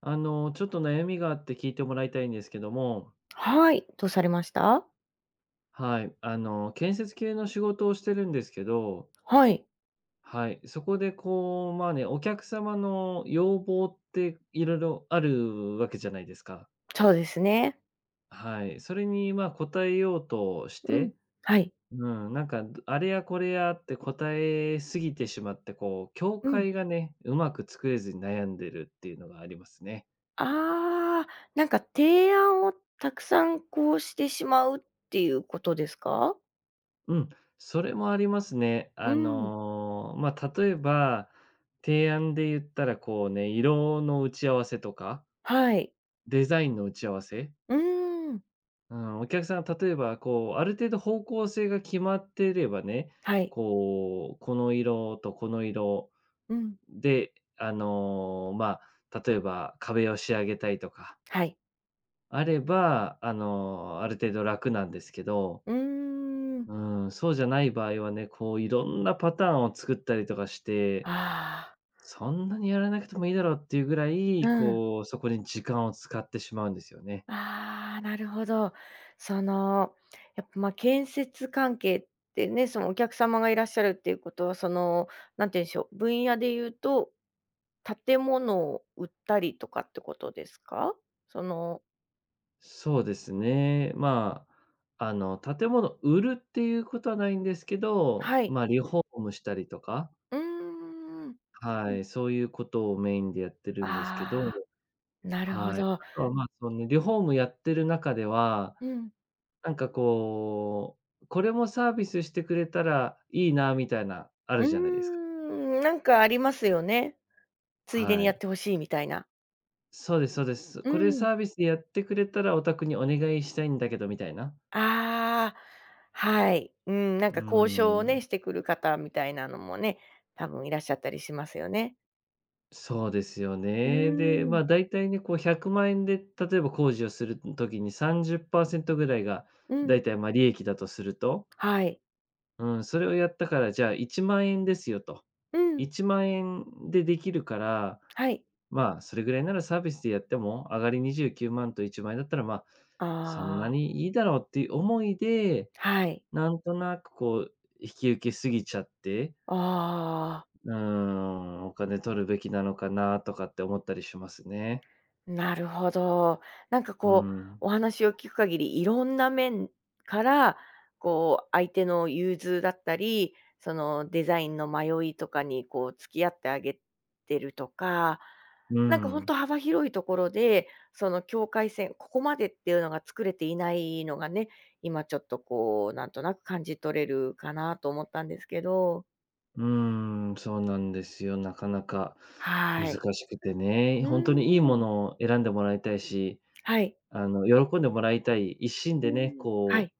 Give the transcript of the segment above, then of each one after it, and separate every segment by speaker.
Speaker 1: ちょっと悩みがあって聞いてもらいたいんですけども、
Speaker 2: はい、どうされました？
Speaker 1: はい、建設系の仕事をしてるんですけど、
Speaker 2: はい、
Speaker 1: はい、そこでこう、まあね、お客様の要望っていろいろあるわけじゃないですか。
Speaker 2: そうですね。
Speaker 1: はい、それにまあ答えようとし
Speaker 2: うん、
Speaker 1: て、
Speaker 2: はい、
Speaker 1: うん、なんか、あれやこれやって答えすぎてしまって、こう、境
Speaker 2: うん。
Speaker 1: 界がね、うまく作れずに悩んでるっていうのがありますね。
Speaker 2: ああ、なんか提案をたくさんこうしてしまうっていうことですか？
Speaker 1: うん、それもありますね。
Speaker 2: うん、
Speaker 1: まあ、例えば、提案で言ったら、こうね、色の打ち合わせとか、
Speaker 2: はい。
Speaker 1: デザインの打ち合わせ、
Speaker 2: うーん、
Speaker 1: うん、お客さん例えば、こう、ある程度方向性が決まっていればね、
Speaker 2: はい、
Speaker 1: こう、この色とこの色
Speaker 2: うん、
Speaker 1: で、まあ、例えば壁を仕上げたいとか、
Speaker 2: はい。
Speaker 1: あれば、ある程度楽なんですけど、
Speaker 2: うーん、
Speaker 1: うん、そうじゃない場合はね、こういろんなパターンを作ったりとかして、
Speaker 2: ああ、
Speaker 1: そんなにやらなくてもいいだろうっていうぐら
Speaker 2: う
Speaker 1: い、
Speaker 2: ん。
Speaker 1: こう、そこに時間を使ってしまうんですよね。
Speaker 2: ああ、なるほど。その、やっぱ、建設関係ってね、そのお客様がいらっしゃるっていうことは、その、なんて言うんでしょう、分野で言うと建物を売ったりとかってことですか？その
Speaker 1: そうですね。まあ、建物売るっていうことはないんですけど、
Speaker 2: はい。
Speaker 1: まあ、リフォームしたりとか、
Speaker 2: うーん。
Speaker 1: はい、そういうことをメインでやってるんですけど、
Speaker 2: ああ、なるほ
Speaker 1: はい。あ
Speaker 2: ど。
Speaker 1: とは、まあ、そのリフォームやってる中では、
Speaker 2: うん。
Speaker 1: なんかこう、これもサービスしてくれたらいいなみたいな、あ
Speaker 2: う
Speaker 1: る
Speaker 2: ー
Speaker 1: じゃないですか。
Speaker 2: ん、なんかありますよね。ついでに
Speaker 1: は
Speaker 2: やっ
Speaker 1: い。
Speaker 2: てほしいみたいな。
Speaker 1: そうですそうです。
Speaker 2: う
Speaker 1: これ
Speaker 2: ん。
Speaker 1: サービスでやってくれたらお宅にお願いしたいんだけどみたいな。
Speaker 2: ああ、はい。うん、なん
Speaker 1: うー
Speaker 2: か交渉をね、
Speaker 1: ん。
Speaker 2: してくる方みたいなのもね、多分いらっしゃったりしますよね。
Speaker 1: そうですよ
Speaker 2: うー
Speaker 1: ね。で、ま
Speaker 2: ん、
Speaker 1: あ、大体ね、こう100万円で例えば工事をする時に30％ぐらいが、
Speaker 2: う
Speaker 1: だ
Speaker 2: ん、
Speaker 1: いたい、ま、利益だとすると、
Speaker 2: はい。
Speaker 1: うん、それをやったから、じゃあ1万円ですよと。
Speaker 2: うん、
Speaker 1: 1万円でできるから、
Speaker 2: はい。
Speaker 1: まあ、それぐらいならサービスでやっても、上がり29万と1万円だったら、まあ、そんな
Speaker 2: ああ、
Speaker 1: にいいだろうっていう思いで、
Speaker 2: はい。
Speaker 1: なんとなくこう、引き受けすぎちゃって、
Speaker 2: ああ。
Speaker 1: うん、お金取るべきなのかなとかって思ったりしますね。
Speaker 2: なるほど。なんか
Speaker 1: う
Speaker 2: こう、
Speaker 1: ん。
Speaker 2: お話を聞く限り、いろんな面から、こう、相手の融通だったり、そのデザインの迷いとかにこう付き合ってあげてるとか、
Speaker 1: う
Speaker 2: なんか本
Speaker 1: ん。
Speaker 2: 当幅広いところで、その境界線、ここまでっていうのが作れていないのがね、今ちょっとこう、なんとなく感じ取れるかなと思ったんですけど。
Speaker 1: うん、そうなんですよ。なかなか難
Speaker 2: はい。
Speaker 1: しくてね。
Speaker 2: う
Speaker 1: 本当にいいも
Speaker 2: ーん。
Speaker 1: のを選んでもらいたいし、
Speaker 2: はい。
Speaker 1: 喜んでもらいたい一心
Speaker 2: う
Speaker 1: でね、
Speaker 2: ーん。は
Speaker 1: こ
Speaker 2: い。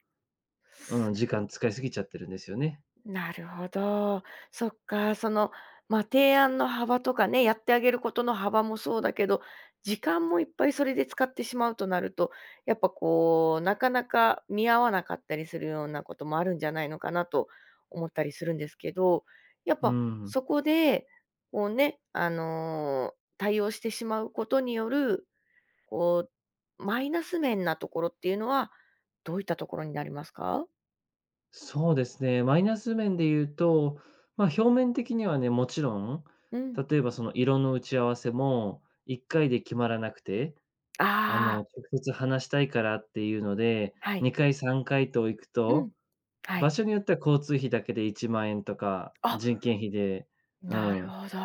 Speaker 1: う、うん、時間使いすぎちゃってるんですよね。
Speaker 2: なるほど。そっか、その、まあ、提案の幅とかね、やってあげることの幅もそうだけど、時間もいっぱいそれで使ってしまうとなると、やっぱこう、なかなか見合わなかったりするようなこともあるんじゃないのかなと思ったりするんですけど、やっ
Speaker 1: う
Speaker 2: ぱ
Speaker 1: ん。
Speaker 2: そこで、こうね、対応してしまうことによる、こう、マイナス面なところっていうのは、どういったところになりますか？
Speaker 1: そうですね、マイナス面で言うと、まあ、表面的にはね、もちろん、
Speaker 2: うん。
Speaker 1: 例えばその色の打ち合わせも1回で決まらなくて、
Speaker 2: ああ、
Speaker 1: 直接話したいからっていうので、
Speaker 2: はい。
Speaker 1: 2回3回と行く
Speaker 2: うん。
Speaker 1: と、
Speaker 2: は
Speaker 1: 場
Speaker 2: い。
Speaker 1: 所によっては交通費だけで1万円とか、
Speaker 2: あ、
Speaker 1: 人件費で、う
Speaker 2: なる
Speaker 1: ん、
Speaker 2: ほど。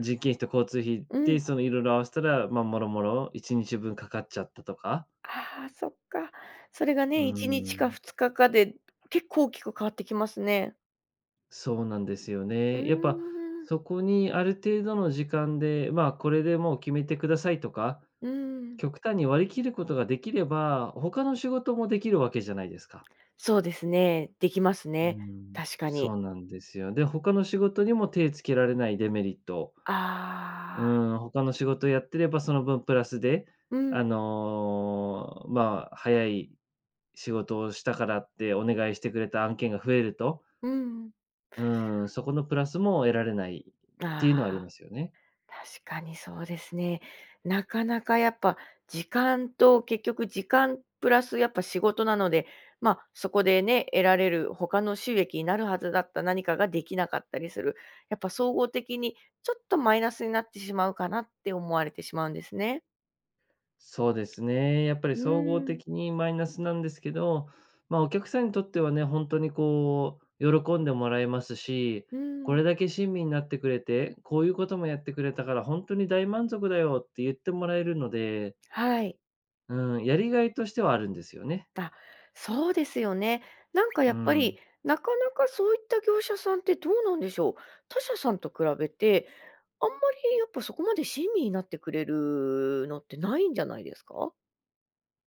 Speaker 1: 人件費と交通費
Speaker 2: うん。
Speaker 1: で、そのいろいろ合わせたら、まあ、もろもろ1日分かかっちゃったとか、
Speaker 2: ああ、そっか。それが
Speaker 1: うー
Speaker 2: ね、1日か
Speaker 1: ん、
Speaker 2: 2日かかで結構大きく変わってきますね。
Speaker 1: そうなんですよ
Speaker 2: うー
Speaker 1: ね。やっぱ、
Speaker 2: ん。
Speaker 1: そこにある程度の時間で、まあ、これでもう決めてくださいとか、
Speaker 2: うん。
Speaker 1: 極端に割り切ることができれば、他の仕事もできるわけじゃないですか。
Speaker 2: そうですね。できます
Speaker 1: う
Speaker 2: ね。
Speaker 1: ん、
Speaker 2: 確か
Speaker 1: そ
Speaker 2: に。
Speaker 1: うなんですよ。で、他の仕事にも手つけられないデメリット、
Speaker 2: あ
Speaker 1: う
Speaker 2: あ。
Speaker 1: ん、他の仕事やってればその分プラスで、
Speaker 2: うん。
Speaker 1: まあ、早い仕事をしたからってお願いしてくれた案件が増えると、
Speaker 2: うん。
Speaker 1: うーん、そこのプラスも得られないっ
Speaker 2: あ
Speaker 1: ていうの
Speaker 2: あ。
Speaker 1: はありますよね。
Speaker 2: 確かにそうですね。なかなかやっぱ時間と結局時間プラスやっぱ仕事なので、まあ、そこでね、得られる他の収益になるはずだった何かができなかったりする。やっぱ総合的にちょっとマイナスになってしまうかなって思われてしまうんですね。
Speaker 1: そうですね。やっぱ
Speaker 2: う
Speaker 1: り総合
Speaker 2: ーん、
Speaker 1: 的にマイナスなんですけど、まあ、お客さんにとってはね、本当にこう、喜んでもらえますし、
Speaker 2: うー
Speaker 1: こ
Speaker 2: ん、
Speaker 1: れだけ親身になってくれて、こういうこともやってくれたから本当に大満足だよって言ってもらえるので、
Speaker 2: はい。
Speaker 1: うん、やりがいとしてはあるんですよね。
Speaker 2: あ、そうですよね。なんかや
Speaker 1: う
Speaker 2: っぱ
Speaker 1: ん。
Speaker 2: り、なかなかそういった業者さんってどうなんでしょう。他社さんと比べて、あんまりやっぱそこまで親身になってくれるのってないんじゃないですか？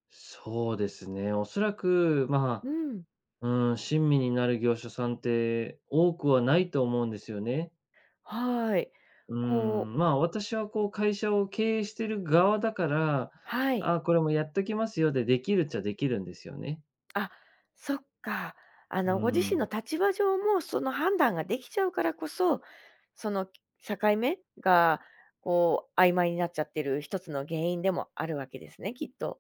Speaker 1: そうですね。おそらく、ま
Speaker 2: うん、
Speaker 1: あ、うん、親身になる業者さんって多くはないと思うんですよね。
Speaker 2: はい。
Speaker 1: う
Speaker 2: こう
Speaker 1: ん、まあ、私はこう会社を経営してる側だから、
Speaker 2: はい。
Speaker 1: あ、これもやっときますよで、できるっちゃできるんですよね。
Speaker 2: あ、そっか。あ
Speaker 1: う
Speaker 2: の、ご自身
Speaker 1: ん。
Speaker 2: の立場上もその判断ができちゃうからこそ、その境目がこう曖昧になっちゃってる一つの原因でもあるわけですね、きっと。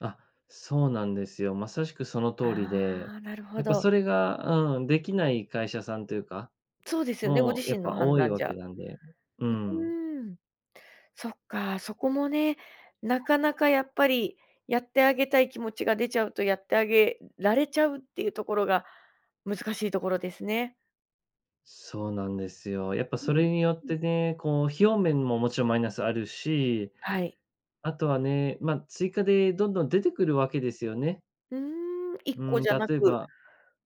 Speaker 1: あ、そうなんですよ。まさしくその通りで、
Speaker 2: ああ、なるほ
Speaker 1: やっぱそ
Speaker 2: ど。
Speaker 1: れが、うん、できない会社さんというか、
Speaker 2: そうですよね、ご
Speaker 1: もう
Speaker 2: 自
Speaker 1: やっ
Speaker 2: 身の
Speaker 1: ぱ
Speaker 2: 判
Speaker 1: 多い
Speaker 2: 断
Speaker 1: わ
Speaker 2: じ
Speaker 1: け
Speaker 2: ゃ。
Speaker 1: なんで。う
Speaker 2: う
Speaker 1: ん。
Speaker 2: ーん。そっか、そこもね、なかなかやっぱり、やってあげたい気持ちが出ちゃうと、やってあげられちゃうっていうところが難しいところですね。
Speaker 1: そうなんですよ。やっぱ
Speaker 2: う
Speaker 1: それによっ
Speaker 2: ーん。
Speaker 1: てね、こう費用面ももちろんマイナスあるし、
Speaker 2: はい。
Speaker 1: あとはね、まあ、追加でどんどん出てくるわけですよね。
Speaker 2: うーん、1
Speaker 1: う
Speaker 2: 個
Speaker 1: ん、
Speaker 2: じゃ
Speaker 1: 例
Speaker 2: な
Speaker 1: え
Speaker 2: く
Speaker 1: ば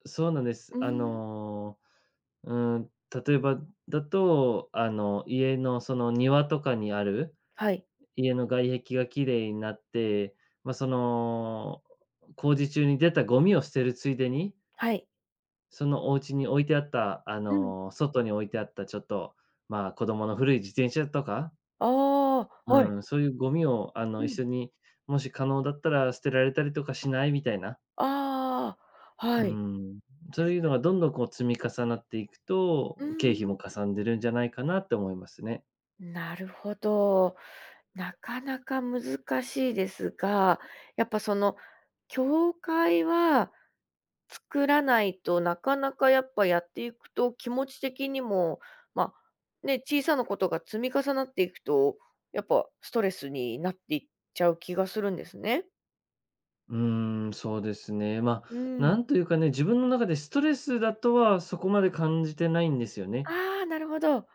Speaker 1: そうなんです。
Speaker 2: うーん、
Speaker 1: うん、例えばだと、家のその庭とかにある、
Speaker 2: はい、
Speaker 1: 家の外壁が綺麗になって、まあ、その、工事中に出たゴミを捨てるついでに、
Speaker 2: はい。
Speaker 1: そのお家に置いてあった、
Speaker 2: うん。
Speaker 1: 外に置いてあったちょっと、まあ、子供の古い自転車とか、
Speaker 2: ああ、はい。
Speaker 1: うん、そういうゴミを、
Speaker 2: う
Speaker 1: 一
Speaker 2: ん。
Speaker 1: 緒に、もし可能だったら捨てられたりとかしないみたいな。
Speaker 2: ああ、
Speaker 1: う
Speaker 2: はい。
Speaker 1: ん。そういうのがどんどんこう積み重なっていく
Speaker 2: う
Speaker 1: と、経費
Speaker 2: ん。
Speaker 1: もかさんでるんじゃないかなって思いますね。
Speaker 2: なるほど。なかなか難しいですが、やっぱその、教会は作らないと、なかなかやっぱやっていくと、気持ち的にも、まあ、ね、小さなことが積み重なっていくと、やっぱストレスになっていっちゃう気がするんですね。
Speaker 1: うーん、そうですね。ま
Speaker 2: う
Speaker 1: あ、
Speaker 2: ん。
Speaker 1: なんというかね、自分の中でストレスだとはそこまで感じてないんですよね。
Speaker 2: ああ、なるほど。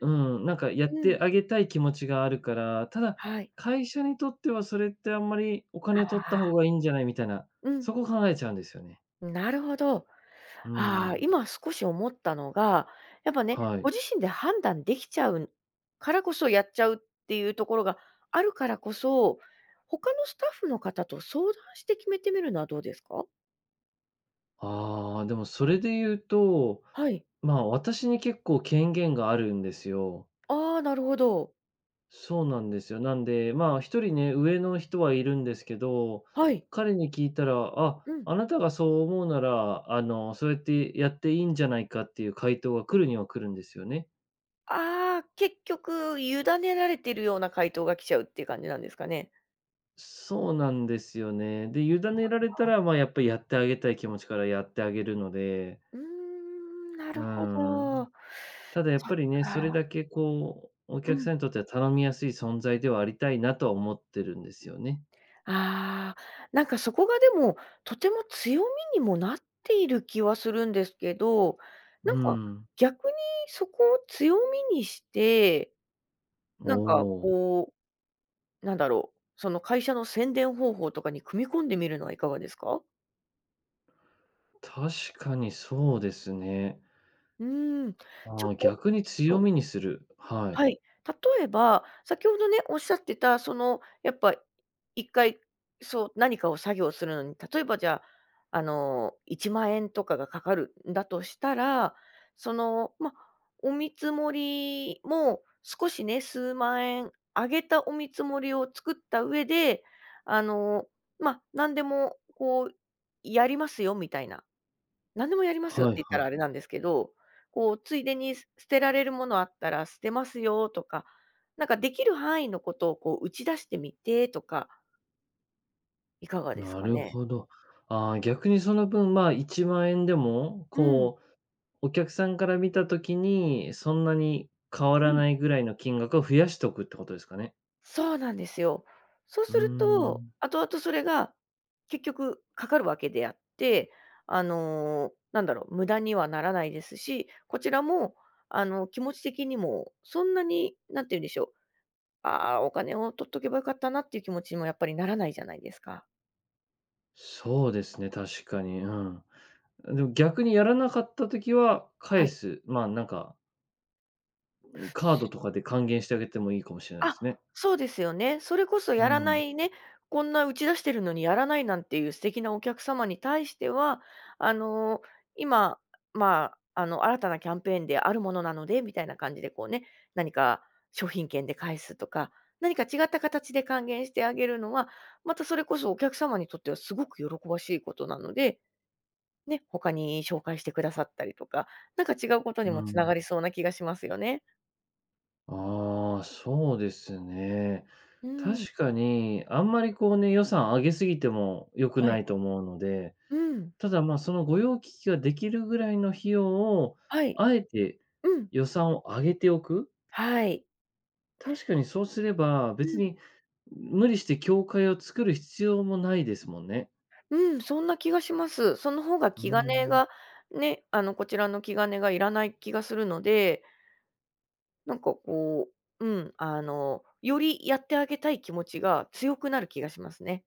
Speaker 1: うん、なんかやっ
Speaker 2: うん。
Speaker 1: てあげたい気持ちがあるから、ただ、
Speaker 2: はい。
Speaker 1: 会社にとってはそれってあんまりお金取っ
Speaker 2: あ
Speaker 1: た方
Speaker 2: あ、
Speaker 1: がいいんじゃないみたいな、
Speaker 2: うん、
Speaker 1: そこ考えちゃうんですよね。
Speaker 2: なるほど。
Speaker 1: う
Speaker 2: ああ、
Speaker 1: ん、
Speaker 2: 今少し思ったのが、やっぱね、
Speaker 1: は
Speaker 2: ご
Speaker 1: い。
Speaker 2: 自身で判断できちゃうからこそやっちゃうっていうところがあるからこそ、他のスタッフの方と相談して決めてみるのはどうですか？
Speaker 1: ああ、でもそれで言うと、
Speaker 2: はい。
Speaker 1: まあ、私に結構権限があるんですよ。
Speaker 2: ああ、なるほど。
Speaker 1: そうなんですよ。なんで、まあ、一人ね、上の人はいるんですけど、
Speaker 2: はい。
Speaker 1: 彼に聞いたら、あ、
Speaker 2: うん。
Speaker 1: あなたがそう思うなら、そうやってやっていいんじゃないかっていう回答が来るには来るんですよね。
Speaker 2: ああ、結局委ねられてるような回答が来ちゃうっていう感じなんですかね。
Speaker 1: そうなんですよね。で、委ねられたら、まあ、やっぱりやってあげたい気持ちからやってあげるので、
Speaker 2: うーん、な
Speaker 1: う
Speaker 2: るほど。
Speaker 1: ん。
Speaker 2: あ
Speaker 1: ただやっぱりね、それだけこう、お
Speaker 2: ーう
Speaker 1: 客
Speaker 2: ん。
Speaker 1: さんにとっては頼みやすい存在ではありたいなとは思ってるんですよね。
Speaker 2: ああ、なんかそこがでも、とても強みにもなっている気はするんですけど、な
Speaker 1: う
Speaker 2: んか
Speaker 1: ん。
Speaker 2: 逆にそこを強みにして、
Speaker 1: お
Speaker 2: なんか
Speaker 1: お、
Speaker 2: こう、なんだろう、その会社の宣伝方法とかに組み込んでみるのはいかがですか？
Speaker 1: 確かにそうですね。
Speaker 2: うーん、ちょ
Speaker 1: ああ、
Speaker 2: こ
Speaker 1: 逆に強
Speaker 2: と
Speaker 1: みにする。はい。
Speaker 2: はい。例えば、先ほどね、おっしゃってた、その、やっぱ一回、そう、何かを作業するのに、例えばじゃあ、1万円とかがかかるんだとしたら、その、ま、お見積もりも少しね、数万円上げたお見積もりを作った上で、あの、何でもこう、やりますよみたいな何でもやりますよって
Speaker 1: はい
Speaker 2: 言った
Speaker 1: は
Speaker 2: ら
Speaker 1: い。
Speaker 2: あれなんですけど、こうついでに捨てられるものあったら捨てますよとか、なんかできる範囲のことをこう打ち出してみてとか、いかがです
Speaker 1: な
Speaker 2: か
Speaker 1: る
Speaker 2: ね？
Speaker 1: ほど。ああ、逆にその分、まあ、1万円でも、
Speaker 2: うん、
Speaker 1: こう、お客さんから見た時に、そんなに変わ
Speaker 2: う
Speaker 1: ら
Speaker 2: ん。
Speaker 1: ないぐらいの金額を増やしておくってことですかね。
Speaker 2: そうなんですよ。そう
Speaker 1: う
Speaker 2: す
Speaker 1: ー
Speaker 2: ると、
Speaker 1: ん。
Speaker 2: 後々それが結局かかるわけであって、あの、なんだろう、無駄にはならないですし、こちらもあの、気持ち的にもそんなに、何て言うんでしょう、ああ、お金を取っとけばよかったなっていう気持ちにもやっぱりならないじゃないですか。
Speaker 1: そうですね、確かに。うん。でも逆にやらなかった時は
Speaker 2: は
Speaker 1: 返
Speaker 2: い。
Speaker 1: す、まあ、なんか、カードとかで還元してあげてもいいかもしれないで
Speaker 2: あ、
Speaker 1: すね。
Speaker 2: そうですよね。それこそやら
Speaker 1: う
Speaker 2: な
Speaker 1: ん、
Speaker 2: いね、こんな打ち出してるのにやらないなんていう素敵なお客様に対しては、あの、今、まあ、あの、新たなキャンペーンであるものなのでみたいな感じでこうね、何か商品券で返すとか、何か違った形で還元してあげるのは、またそれこそお客様にとってはすごく喜ばしいことなので、ね、他に紹介してくださったりとか、なんか違うことに
Speaker 1: う
Speaker 2: もつな
Speaker 1: ん。
Speaker 2: がりそうな気がしますよね。
Speaker 1: ああ、そうですね。
Speaker 2: うん。
Speaker 1: 確かに、あんまりこうね、予算上げすぎても良く
Speaker 2: は
Speaker 1: な
Speaker 2: い。
Speaker 1: いと思うので、
Speaker 2: うん。
Speaker 1: ただ、まあ、その御用聞きができるぐらいの費用を、
Speaker 2: はい。
Speaker 1: あえて
Speaker 2: うん。
Speaker 1: 予算を上げておく。
Speaker 2: はい。
Speaker 1: 確かにそうすれば、
Speaker 2: う
Speaker 1: 別
Speaker 2: ん。
Speaker 1: に無理して教会を作る必要もないですもんね。
Speaker 2: うん、そんな気がします。その方が
Speaker 1: う
Speaker 2: 気兼
Speaker 1: ー
Speaker 2: ね
Speaker 1: ん。
Speaker 2: がね、あの、こちらの気兼ねがいらない気がするので、なんかこう、うん、あの、よりやってあげたい気持ちが強くなる気がしますね。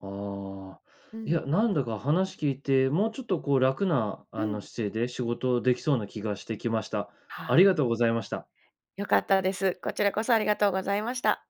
Speaker 1: ああ、
Speaker 2: う
Speaker 1: いや、
Speaker 2: ん。
Speaker 1: なんだか話聞いて、もうちょっとこう楽な、
Speaker 2: うん。
Speaker 1: 姿勢で仕事できそうな気がしてきました。
Speaker 2: は
Speaker 1: あり
Speaker 2: あ、
Speaker 1: がとうございました。
Speaker 2: 良かったです。こちらこそありがとうございました。